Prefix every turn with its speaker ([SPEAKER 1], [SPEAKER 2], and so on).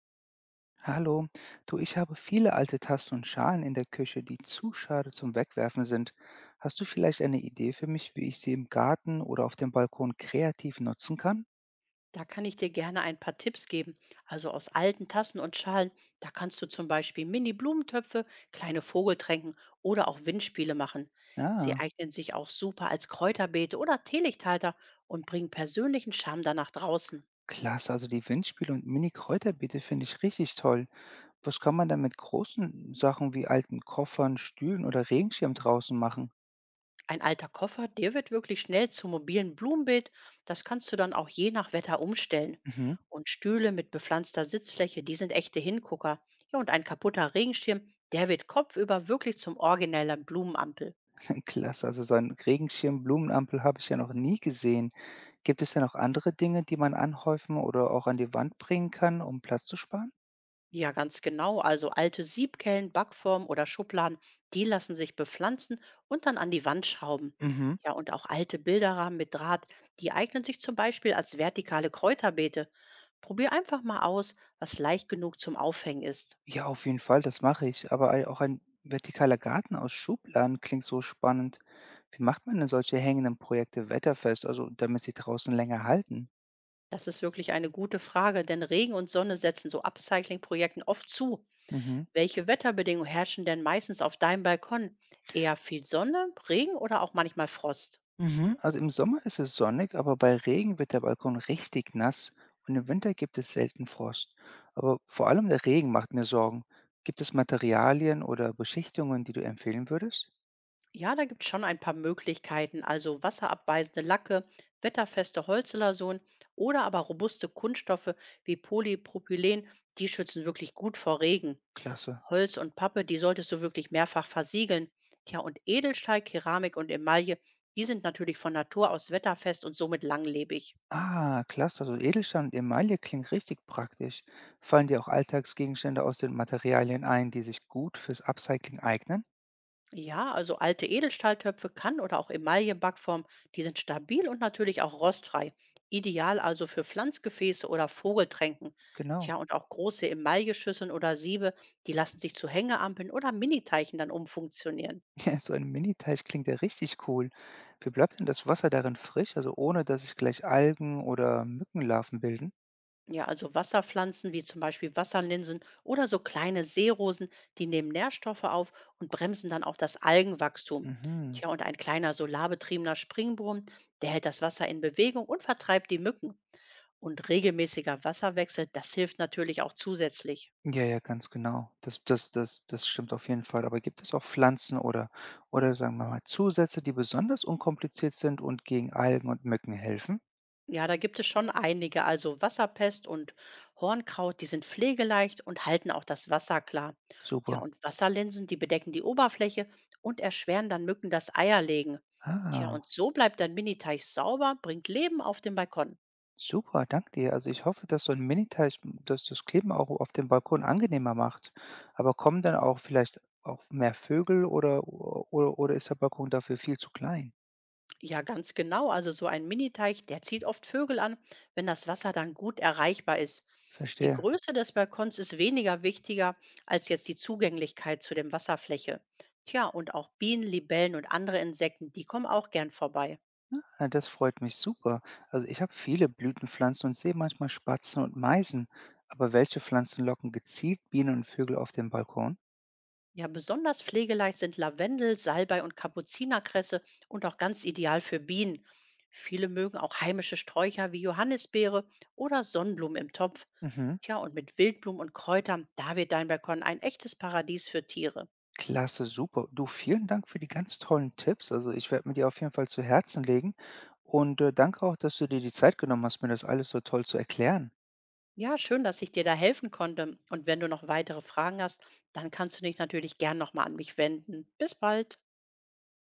[SPEAKER 1] Hallo, du, ich habe viele alte Tassen und Schalen in der Küche, die zu schade zum Wegwerfen sind. Hast du vielleicht eine Idee für mich, wie ich sie im Garten oder auf dem Balkon kreativ nutzen kann?
[SPEAKER 2] Da kann ich dir gerne ein paar Tipps geben. Also aus alten Tassen und Schalen, da kannst du zum Beispiel Mini-Blumentöpfe, kleine Vogeltränken oder auch Windspiele machen. Sie
[SPEAKER 1] Ja,
[SPEAKER 2] eignen sich auch super als Kräuterbeete oder Teelichthalter und bringen persönlichen Charme dann nach draußen.
[SPEAKER 1] klasse, also die Windspiele und Mini-Kräuterbeete finde ich richtig toll. Was kann man dann mit großen Sachen wie alten Koffern, Stühlen oder Regenschirm draußen machen?
[SPEAKER 2] Ein alter Koffer, der wird wirklich schnell zum mobilen Blumenbeet. Das kannst du dann auch je nach Wetter umstellen.
[SPEAKER 1] Mhm.
[SPEAKER 2] Und Stühle mit bepflanzter Sitzfläche, die sind echte Hingucker. Ja, und ein kaputter Regenschirm, der wird kopfüber wirklich zum originellen Blumenampel.
[SPEAKER 1] Klasse, also so einen Regenschirm, Blumenampel habe ich ja noch nie gesehen. Gibt es denn auch andere Dinge, die man anhäufen oder auch an die Wand bringen kann, um Platz zu sparen?
[SPEAKER 2] Ja, ganz genau. Also alte Siebkellen, Backformen oder Schubladen, die lassen sich bepflanzen und dann an die Wand schrauben.
[SPEAKER 1] Mhm.
[SPEAKER 2] Ja, und auch alte Bilderrahmen mit Draht, die eignen sich zum Beispiel als vertikale Kräuterbeete. Probier einfach mal aus, was leicht genug zum Aufhängen ist.
[SPEAKER 1] Ja, auf jeden Fall, das mache ich. Aber ei auch ein vertikaler Garten aus Schubladen klingt so spannend. Wie macht man denn solche hängenden Projekte wetterfest, also damit sie draußen länger halten?
[SPEAKER 2] Das ist wirklich eine gute Frage, denn Regen und Sonne setzen so Upcycling-Projekten oft zu.
[SPEAKER 1] Mhm.
[SPEAKER 2] Welche Wetterbedingungen herrschen denn meistens auf deinem Balkon? Eher viel Sonne, Regen oder auch manchmal Frost?
[SPEAKER 1] Mhm. Also im Sommer ist es sonnig, aber bei Regen wird der Balkon richtig nass und im Winter gibt es selten Frost. Aber vor allem der Regen macht mir Sorgen. Gibt es Materialien oder Beschichtungen, die du empfehlen würdest?
[SPEAKER 2] Ja, da gibt es schon ein paar Möglichkeiten, also wasserabweisende Lacke, wetterfeste Holzlason oder aber robuste Kunststoffe wie Polypropylen, die schützen wirklich gut vor Regen.
[SPEAKER 1] Klasse.
[SPEAKER 2] Holz und Pappe, die solltest du wirklich mehrfach versiegeln. Tja, und Edelstahl, Keramik und Emaille, die sind natürlich von Natur aus wetterfest und somit langlebig.
[SPEAKER 1] Ah, klasse. Also Edelstein und Emaille klingt richtig praktisch. Fallen dir auch Alltagsgegenstände aus den Materialien ein, die sich gut fürs Upcycling eignen?
[SPEAKER 2] Ja, also alte Edelstahltöpfe kann oder auch Emaillebackform, die sind stabil und natürlich auch rostfrei. Ideal also für Pflanzgefäße oder Vogeltränken.
[SPEAKER 1] Genau.
[SPEAKER 2] Tja, und auch große Emailleschüsseln oder Siebe, die lassen sich zu Hängeampeln oder Miniteichen dann umfunktionieren.
[SPEAKER 1] Ja, so ein Mini-Teich klingt ja richtig cool. Wie bleibt denn das Wasser darin frisch, also ohne dass sich gleich Algen oder Mückenlarven bilden?
[SPEAKER 2] Ja, also Wasserpflanzen wie zum Beispiel Wasserlinsen oder so kleine Seerosen, die nehmen Nährstoffe auf und bremsen dann auch das Algenwachstum.
[SPEAKER 1] Mhm.
[SPEAKER 2] Tja, und ein kleiner solarbetriebener Springbrunnen, der hält das Wasser in Bewegung und vertreibt die Mücken. Und regelmäßiger Wasserwechsel, das hilft natürlich auch zusätzlich.
[SPEAKER 1] Ja, ja, ganz genau. Das stimmt auf jeden Fall. Aber gibt es auch Pflanzen oder sagen wir mal Zusätze, die besonders unkompliziert sind und gegen Algen und Mücken helfen?
[SPEAKER 2] Ja, da gibt es schon einige. Also Wasserpest und Hornkraut, die sind pflegeleicht und halten auch das Wasser klar. Ja,
[SPEAKER 1] Super.
[SPEAKER 2] und Wasserlinsen, die bedecken die Oberfläche und erschweren dann Mücken das Eierlegen. Tja,
[SPEAKER 1] Ah.
[SPEAKER 2] und so bleibt dein Miniteich sauber, bringt Leben auf den Balkon.
[SPEAKER 1] Super, danke dir. Also ich hoffe, dass so 'n Miniteich dass das Kleben auch auf dem Balkon angenehmer macht. Aber kommen dann auch vielleicht auch mehr Vögel oder ist der Balkon dafür viel zu klein?
[SPEAKER 2] Ja, ganz genau. Also so ein Miniteich, der zieht oft Vögel an, wenn das Wasser dann gut erreichbar ist. Die
[SPEAKER 1] Verstehe.
[SPEAKER 2] Größe des Balkons ist weniger wichtiger als jetzt die Zugänglichkeit zu dem Wasserfläche. Tja, und auch Bienen, Libellen und andere Insekten, die kommen auch gern vorbei.
[SPEAKER 1] Ah, das freut mich super. Also ich habe viele Blütenpflanzen und sehe manchmal Spatzen und Meisen. Aber welche Pflanzen locken gezielt Bienen und Vögel auf den Balkon?
[SPEAKER 2] Ja, besonders pflegeleicht sind Lavendel, Salbei und Kapuzinerkresse und auch ganz ideal für Bienen. Viele mögen auch heimische Sträucher wie Johannisbeere oder Sonnenblumen im Topf.
[SPEAKER 1] Mhm.
[SPEAKER 2] Tja, und mit Wildblumen und Kräutern, da wird dein Balkon ein echtes Paradies für Tiere.
[SPEAKER 1] Klasse, super. Du, vielen Dank für die ganz tollen Tipps. Also, ich werde mir die auf jeden Fall zu Herzen legen und, danke auch, dass du dir die Zeit genommen hast, mir das alles so toll zu erklären.
[SPEAKER 2] Ja, schön, dass ich dir da helfen konnte. Und wenn du noch weitere Fragen hast, dann kannst du dich natürlich gern nochmal an mich wenden. Bis bald.